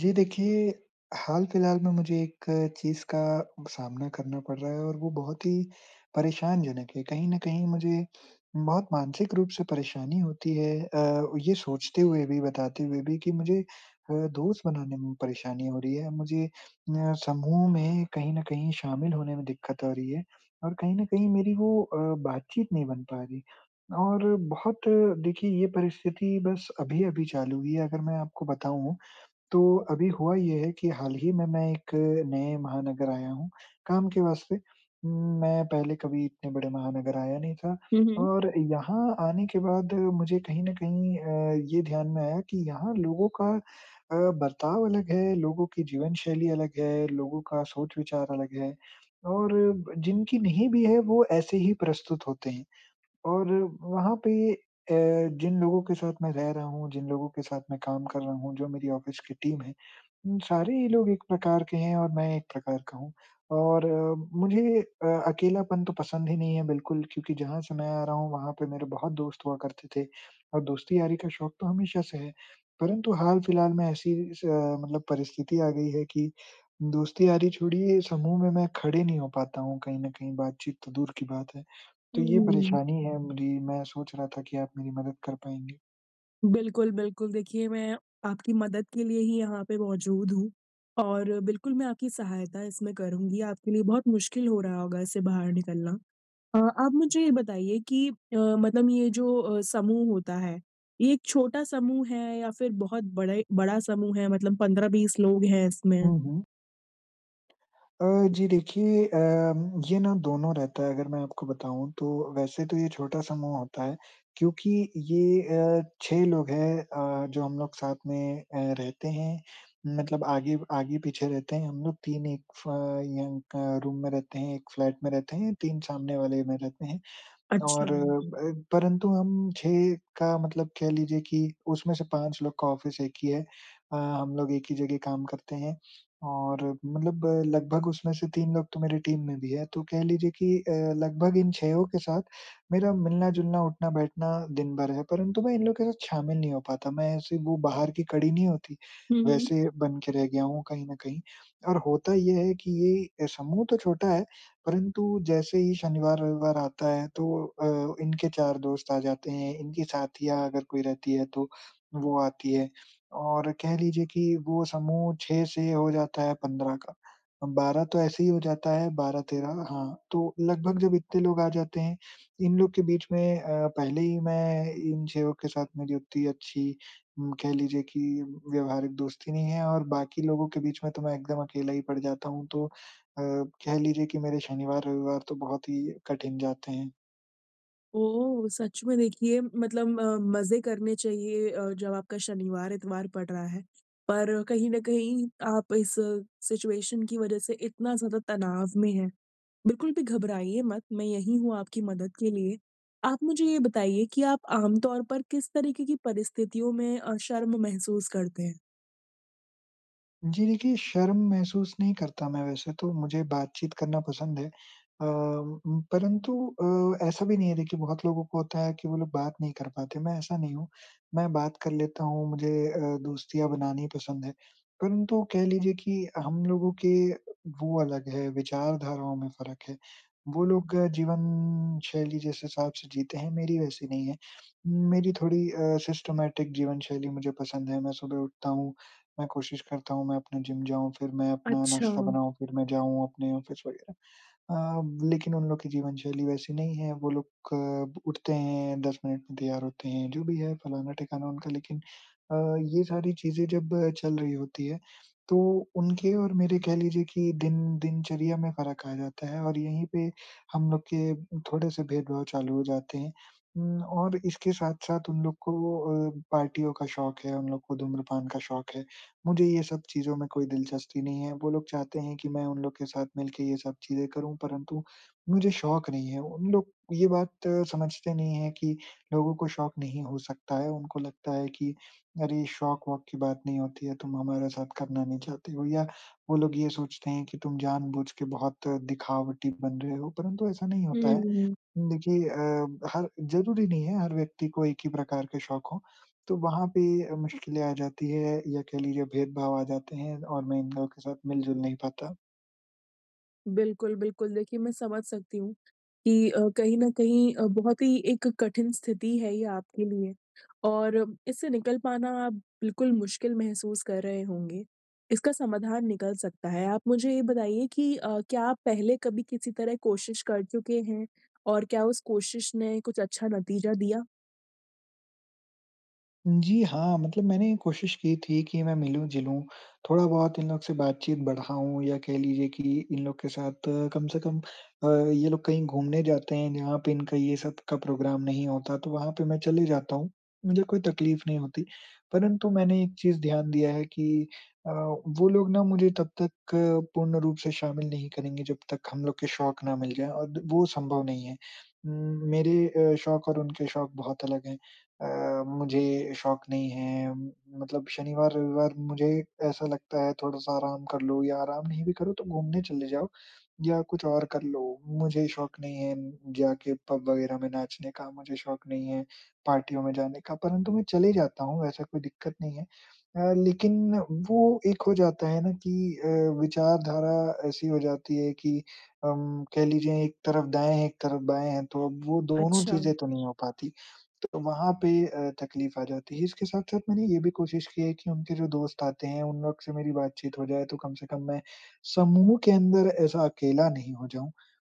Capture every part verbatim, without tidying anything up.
जी देखिए, हाल-फिलहाल में मुझे एक चीज़ का सामना करना पड़ रहा है और वो बहुत ही परेशानजनक है। कहीं न कहीं मुझे बहुत मानसिक रूप से परेशानी होती है अ, ये सोचते हुए भी, बताते हुए भी कि मुझे अ, दोस्त बनाने में परेशानी हो रही है। मुझे अ, समूह में कहीं न कहीं शामिल होने में दिक्कत हो रही है और कहीं न कहीं मेरी वो अ, बातचीत नहीं बन पा रही। और बहुत देखिए ये परिस्थिति बस अभी-अभी चालू हुई है अगर मैं आपको बताऊँ तो अभी हुआ ये है कि हाल ही में मैं एक नए महानगर आया हूँ, काम के वास्ते। उम, मैं पहले कभी इतने बड़े महानगर आया नहीं था हुँ, हुँ। और यहाँ आने के बाद मुझे कहीं न कहीं अ, ये ध्यान में आया कि यहाँ लोगों का अ, बर्ताव अलग है, लोगों की जीवन शैली अलग है, लोगों का सोच-विचार अलग है और ब जिनकी नहीं भी है, वो ऐसे ही प्रस्तुत होते हैं। और वहाँ पे अ, जिन लोगों के साथ मैं रह रहा हूँ, जिन लोगों के साथ मैं काम कर रहा हूँ, जो मेरी ऑफ़िस की टीम है, उम, सारे ही लोग एक प्रकार के हैं और मैं एक प्रकार का हूँ। और अ, मुझे अ, अकेलापन तो पसंद ही नहीं है बिल्कुल क्योंकि जहाँ से मैं आ रहा हूँ, वहाँ पे मेरे बहुत दोस्त हुआ करते थे और दोस्ती-यारी का शौक तो हमेशा से है। परंतु हाल-फिलहाल में ऐसी स अ, मतलब परिस्थिति आ गई है कि दोस्ती-यारी छोड़िए, समूह में मैं खड़े नहीं हो पाता हूँ कहीं न कहीं, बातचीत तो दूर की बात है। तो ये हुँ, परेशानी है मेरी, मैं सोच रहा था कि आप मेरी मदद कर पाएँगे। बिल्कुल, बिल्कुल। देखिए, मैं आपकी मदद के लिए ही यहाँ पे मौजूद हूँ और बिल्कुल मैं आपकी सहायता इसमें करूँगी। आपके लिए बहुत मुश्किल हो रहा होगा इससे बाहर निकलना। अ, आप मुझे ये बताइए कि अ, मतलब ये जो अ, समूह होता है, ये एक छोटा समूह है या फिर बहुत बड़े बड़ा समूह है मतलब पंद्रह से बीस लोग हैं इसमें? हुँ, हुँ। अ, जी देखिए अम, ये ना दोनों रहता है अगर मैं आपको बताऊँ तो वैसे तो ये छोटा समूह होता है क्योंकि ये अ, छह लोग हैं अ, जो हम लोग साथ में अ, रहते हैं। मतलब आगे आगे-पीछे रहते हैं हम लोग तीन एक फ या अ, रूम में रहते हैं, एक फ्लैट में रहते हैं, तीन सामने वाले में रहते हैं। अच्छा। और अ, परंतु हम छह का मतलब कह लीजिए कि उसमें से पाँच लोग का ऑफ़िस एक ही है। अ, हम लोग एक ही जगह काम करते हैं और मतलब अ, लगभग उसमें से तीन लोग तो मेरी टीम में भी है। तो कह लीजिए कि अ, लगभग इन छह के साथ मेरा मिलना-जुलना, उठना-बैठना दिन भर है, परंतु मैं इन लोग के साथ शामिल नहीं हो पाता। मैं ऐसे वो बाहर की कड़ी नहीं होती, हुँ, हुँ। वैसे बन के रह गया हूँ कहीं न कहीं। और होता ये है कि ये समूह तो छोटा है परंतु जैसे ही शनिवार-रविवार आता है तो अ, इनके चार दोस्त आ जाते हैं, इनकी साथियाँ अगर कोई रहती है तो वो आती है और कह लीजिए कि वो समूह छह से हो जाता है पंद्रह का। बारह तो ऐसे ही हो जाता है बारह तेरह, हाँ, तो लगभग जब इतने लोग आ जाते हैं, इन लोग के बीच में अ, पहले ही मैं इन छह के साथ मेरी उतनी अच्छी उम, कह लीजिए कि व्यावहारिक दोस्ती नहीं है और बाकी लोगों के बीच में तो मैं एकदम अकेला ही पड़ जाता हूँ, तो अ, कह लीजिए कि मेरे शनिवार-रविवार तो बहुत ही कठिन जाते हैं। ओह! सच में देखिए मतलब अ, मज़े करने चाहिए अ, जब आपका शनिवार, इतवार पड़ रहा है। पर कहीं न कहीं आप इस सिचुएशन की वज़ह से इतना ज़्यादा तनाव में हैं। बिल्कुल भी घबराइए मत, मैं यहीं हूँ आपकी मदद के लिए। आप मुझे ये बताइए कि आप आम तौर पर किस तरीके की परिस्थितियों में अ, शर्म महसूस करते हैं? जी देखिए, शर्म महसूस नहीं करता मैं वैसे तो, मुझे बातचीत करना पसंद है। अ, उम, परंतु अ, ऐसा भी नहीं है, देखिए बहुत लोगों को होता है कि वो लोग बात नहीं कर पाते, मैं ऐसा नहीं हूँ। मैं बात कर लेता हूँ, मुझे अ, दोस्तियाँ बनानी पसंद है। परंतु कह लीजिए कि हम लोगों के वो अलग है, विचारधाराओं में फ़र्क है। वो लोग अ, जीवन शैली जिस हिसाब से जीते हैं, मेरी वैसी नहीं है। मेरी थोड़ी अ, सिस्टमैटिक जीवन शैली मुझे पसंद है, मैं सुबह उठता हूँ, मैं कोशिश करता हूँ मैं अपना जिम जाऊँ, फिर मैं अपना अच्छा। नाश्ता बनाऊँ, फिर मैं जाऊँ अपने ऑफ़िस वग़ैरह। अ, लेकिन उन लोग की जीवन शैली वैसी नहीं है, वो लोग क उठते हैं, दस मिनट में तैयार होते हैं, जो भी है फलाना-ठिकाना उनका, लेकिन अ, ये सारी चीज़ें जब चल रही होती है, तो उनके और मेरे कह लीजिए कि दिन दिनचर्या में फ़र्क आ जाता है और यहीं पे हम लोग के थोड़े-से भेदभाव चालू हो जाते हैं। उम, और इसके साथ-साथ उन लोग को अ, पार्टियों का शौक है, उन लोग को धूम्रपान का शौक है। मुझे ये सब चीज़ों में कोई दिलचस्पी नहीं है, वो लोग चाहते हैं कि मैं उन लोग के साथ मिलके ये सब चीज़ें करूँ, परंतु मुझे शौक नहीं है। उन लोग ये बात अ, समझते नहीं हैं कि लोगों को शौक नहीं हो सकता है, उनको लगता है कि अरे! शौक-वौक की बात नहीं होती है, तुम हमारे साथ करना नहीं चाहते हो, या वो लोग ये सोचते हैं कि तुम जानबूझ के बहुत दिखावटी बन रहे हो, परंतु ऐसा नहीं होता हुँ, है। हुँ, देखिए अ, हर ज़रूरी नहीं है हर व्यक्ति को एक ही प्रकार के शौक हों, तो वहाँ पे मुश्किलें आ जाती है या कह लीजिए भेदभाव आ जाते हैं और मैं इन लोगों के साथ मिल-जुल नहीं पाता। बिल्कुल, बिल्कुल। देखिए, मैं समझ सकती हूँ कि अ, कहीं न कहीं अ, बहुत ही एक कठिन स्थिति है ये आपके लिए और अ, इससे निकल पाना आप बिल्कुल मुश्किल महसूस कर रहे होंगे। इसका समाधान निकल सकता है। आप मुझे ये बताइए कि अ, क्या आप पहले कभी किसी तरह कोशिश कर चुके हैं और क्या उस कोशिश ने कुछ अच्छा नतीजा दिया? जी हाँ, मतलब मैंने कोशिश की थी कि मैं मिलूँ-जुलूँ, थोड़ा-बहुत इन लोग से बातचीत बढ़ाऊँ या कह लीजिए कि इन लोग के साथ अ, कम से कम अ, ये लोग कहीं घूमने जाते हैं जहाँ पे इनका ये सब का प्रोग्राम नहीं होता तो वहाँ पे मैं चले जाता हूँ, मुझे कोई तकलीफ नहीं होती। परंतु मैंने एक चीज़ ध्यान दिया है कि अ, वो लोग ना मुझे तब तक अ, पूर्ण रूप से शामिल नहीं करेंगे जब तक हम लोग के शौक ना मिल जाएँ, और वो संभव नहीं है। उम, मेरे अ, शौक और उनके शौक बहुत अलग हैं। अ, मुझे शौक नहीं है। म- मतलब शनिवार-रविवार मुझे ऐसा लगता है थोड़ा-सा आराम कर लो या आराम नहीं भी करो तो घूमने चले जाओ या कुछ और कर लो। मुझे शौक नहीं है जाके पब वगैरह में नाचने का, मुझे शौक नहीं है पार्टियों में जाने का, परंतु मैं चले जाता हूँ, ऐसा कोई दिक्कत नहीं है। अ, लेकिन वो एक हो जाता है ना कि अ, विचारधारा ऐसी हो जाती है कि अम, कह लीजिए एक तरफ दाएँ हैं, एक तरफ बाएँ हैं, तो अब वो दोनों अच्छा। चीज़ें तो नहीं हो पाती। तो वहाँ पे अ, तकलीफ आ जाती है। इसके साथ-साथ मैंने ये भी कोशिश की है कि उनके जो दोस्त आते हैं, उन लोग से मेरी बातचीत हो जाए, तो कम से कम मैं समूह के अंदर ऐसा अकेला नहीं हो जाऊँ।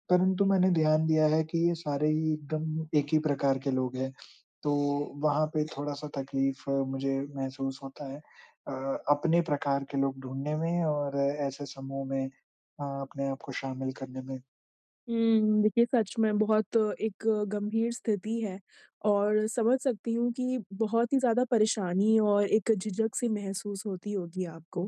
परंतु मैंने ध्यान दिया है कि ये सारे ही एकदम एक ही प्रकार के लोग हैं, तो वहाँ पे थोड़ा-सा तकलीफ अ, मुझे महसूस होता है अ, अपने प्रकार के लोग ढूँढने में और ऐसे समूह में अ, अपने आप को शामिल करने में। हुँ, देखिए सच में बहुत एक गंभीर स्थिति है और समझ सकती हूँ कि बहुत ही ज़्यादा परेशानी और एक झिझक सी महसूस होती होगी आपको।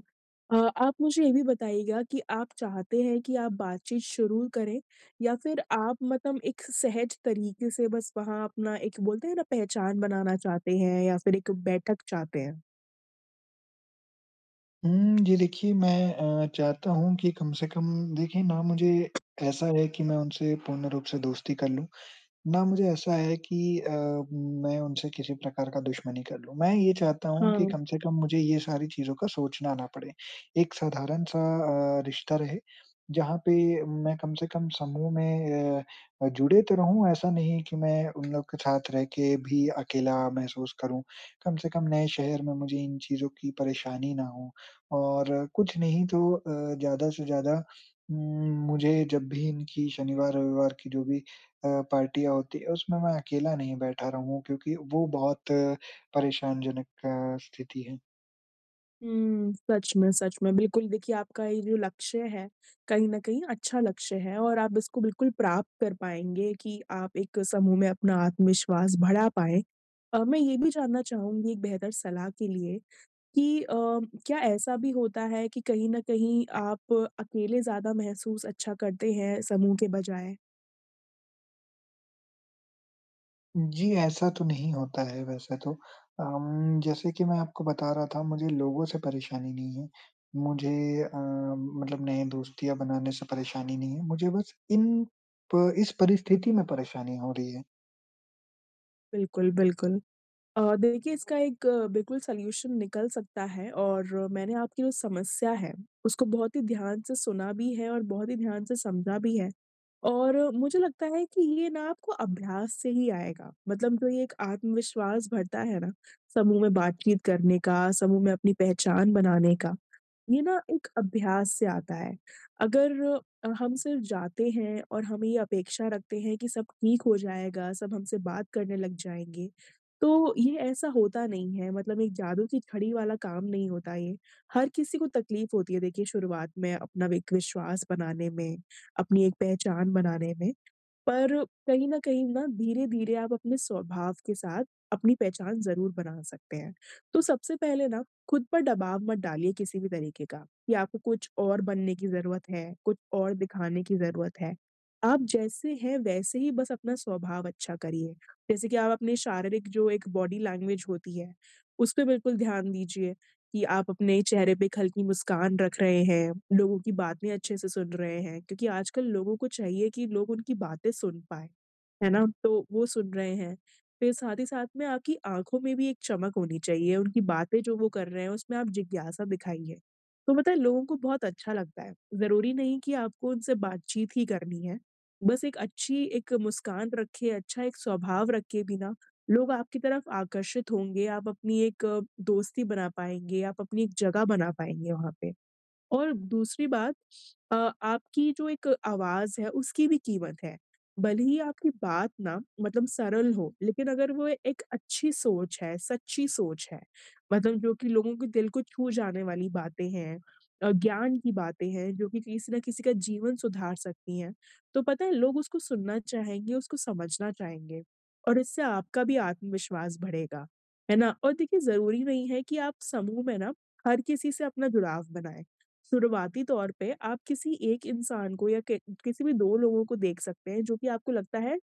अ, आप मुझे ये भी बताइएगा कि आप चाहते हैं कि आप बातचीत शुरू करें या फिर आप मतलब एक सहज तरीके से बस वहाँ अपना एक बोलते हैं ना पहचान बनाना चाहते हैं या फिर एक बैठक चाहते हैं? हुँ, जी देखिए, मैं अ, चाहता हूँ कि कम से कम, देखिए ना मुझे ऐसा है कि मैं उनसे पूर्ण रूप से दोस्ती कर लूँ। ना मुझे ऐसा है कि अ, मैं उनसे किसी प्रकार का दुश्मनी कर लूँ। मैं ये चाहता हूँ कि हाँ। कम से कम मुझे ये सारी चीज़ों का सोचना ना पड़े। एक साधारण-सा अ, रिश्ता रहे, जहाँ पे मैं कम से कम समूह में अ, जुड़े तो रहूँ, ऐसा नहीं कि मैं उन लोग के साथ रह के भी अकेला महसूस करूँ। कम से कम नए शहर में मुझे इन चीज़ों की परेशानी ना हो और कुछ नहीं तो अ, ज़्यादा से ज़्यादा उम, मुझे जब भी इनकी शनिवार-रविवार की जो भी अ, पार्टियाँ होती है उसमें मैं अकेला नहीं बैठा रहूँ क्योंकि वो बहुत अ, परेशानजनक अ, स्थिति है। हुँ, सच में, सच में। बिल्कुल, देखिए आपका ये जो लक्ष्य है, कहीं न कहीं अच्छा लक्ष्य है और आप इसको बिल्कुल प्राप्त कर पाएँगे कि आप एक समूह में अपना आत्मविश्वास बढ़ा पाएँ। अ, मैं ये भी जानना चाहूँगी एक बेहतर सलाह के लिए कि अ, क्या ऐसा भी होता है कि कहीं न कहीं आप अकेले ज़्यादा महसूस अच्छा करते हैं समूह के बजाय? जी, ऐसा तो नहीं होता है वैसे तो। अम, जैसे कि मैं आपको बता रहा था मुझे लोगों से परेशानी नहीं है, मुझे अ, मतलब नए दोस्तियाँ बनाने से परेशानी नहीं है, मुझे बस इन प इस परिस्थिति में परेशानी हो रही है। बिल्कुल, बिल्कुल। अ, देखिए इसका एक अ, बिल्कुल सॉल्यूशन निकल सकता है और अ, मैंने आपकी जो समस्या है, उसको बहुत ही ध्यान से सुना भी है और बहुत ही ध्यान से समझा भी है। और अ, मुझे लगता है कि ये ना आपको अभ्यास से ही आएगा। मतलब जो ये एक आत्मविश्वास बढ़ता है ना, समूह में बातचीत करने का, समूह में अपनी पहचान बनाने का ये ना एक अभ्यास से आता है। अगर अ, हम सिर्फ़ जाते हैं और हम ये अपेक्षा रखते हैं कि सब ठीक हो जाएगा, सब हमसे बात करने लग जाएँगे, तो ये ऐसा होता नहीं है मतलब एक जादू की छड़ी वाला काम नहीं होता ये। हर किसी को तकलीफ़ होती है देखिए शुरुआत में अपना एक विश्वास बनाने में, अपनी एक पहचान बनाने में। पर कहीं न कहीं ना धीरे-धीरे आप अपने स्वभाव के साथ अपनी पहचान ज़रूर बना सकते हैं। तो सबसे पहले ना खुद पर दबाव मत डालिए किसी भी तरीके का कि आपको कुछ और बनने की ज़रूरत है, कुछ और दिखाने की ज़रूरत है। आप जैसे हैं वैसे ही बस अपना स्वभाव अच्छा करिए। जैसे कि आप अपने शारीरिक जो एक बॉडी लैंग्वेज होती है, उस पे बिल्कुल ध्यान दीजिए। कि आप अपने चेहरे पे एक हल्की मुस्कान रख रहे हैं, लोगों की बातें अच्छे से सुन रहे हैं, क्योंकि आजकल लोगों को चाहिए कि लोग उनकी बातें सुन पाएँ, है ना? तो वो सुन रहे हैं। फिर साथ ही साथ में आपकी आँखों में भी एक चमक होनी चाहिए, उनकी बातें जो वो कर रहे हैं उसमें आप जिज्ञासा दिखाइए। तो पता है लोगों को बहुत अच्छा लगता है, ज़रूरी नहीं कि आपको उनसे बातचीत ही करनी है, बस एक अच्छी एक मुस्कान रखे, अच्छा एक स्वभाव रखे बिना लोग आपकी तरफ आकर्षित होंगे, आप अपनी एक अ, दोस्ती बना पाएँगे, आप अपनी एक जगह बना पाएँगे वहाँ पे। और दूसरी बात अ, आपकी जो एक आवाज़ है उसकी भी कीमत है। भले ही आपकी बात ना मतलब सरल हो, लेकिन अगर वो एक अच्छी सोच है, सच्ची सोच है, मतलब जो कि लोगों के दिल को छू जाने वाली बातें हैं अ, ज्ञान की बातें हैं जो कि किसी न किसी का जीवन सुधार सकती हैं, तो पता है लोग उसको सुनना चाहेंगे, उसको समझना चाहेंगे और इससे आपका भी आत्मविश्वास बढ़ेगा, है ना? और देखिए ज़रूरी नहीं है कि आप समूह में ना हर किसी से अपना जुड़ाव बनाएँ। शुरुआती तौर पे आप किसी एक इंसान को या कि किसी भी दो लोगों को देख सकते हैं, जो कि आपको लगता है,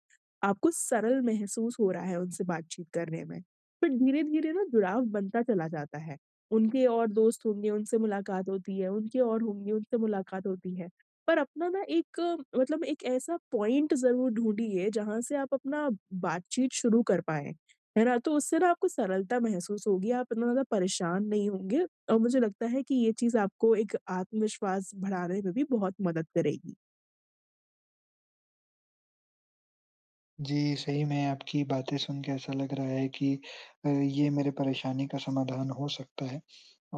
आपको सरल महसूस हो रहा है उनसे बातचीत करने में। फिर धीरे-धीरे ना जुड़ाव बनता चला जाता है। उनके और दोस्त होंगे, उनसे मुलाकात होती है, उनके और होंगे, उनसे मुलाकात होती है। पर अपना ना एक अ, मतलब एक ऐसा पॉइंट ज़रूर ढूँढिए, जहाँ से आप अपना बातचीत शुरू कर पाएँ, है ना? तो उससे ना आपको सरलता महसूस होगी, आप इतना ज़्यादा परेशान नहीं होंगे और मुझे लगता है कि ये चीज़ आपको एक आत्मविश्वास बढ़ाने में भी बहुत मदद करेगी। जी, सही में आपकी बातें सुन के ऐसा लग रहा है कि अ, ये मेरे परेशानी का समाधान हो सकता है।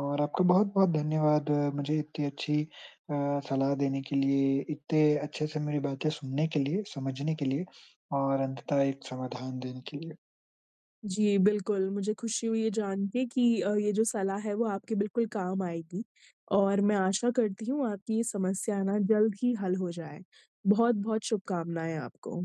और आपका बहुत-बहुत धन्यवाद अ, मुझे इतनी अच्छी अ, सलाह देने के लिए, इतने अच्छे से मेरी बातें सुनने के लिए, समझने के लिए और अंततः एक समाधान देने के लिए। जी, बिल्कुल, मुझे खुशी हुई ये जान के कि अ, ये जो सलाह है वो आपके बिल्कुल काम आएगी और मैं आशा करती हूँ आपकी ये समस्या ना जल्द ही हल हो जाए। बहुत-बहुत शुभकामनाएँ आपको।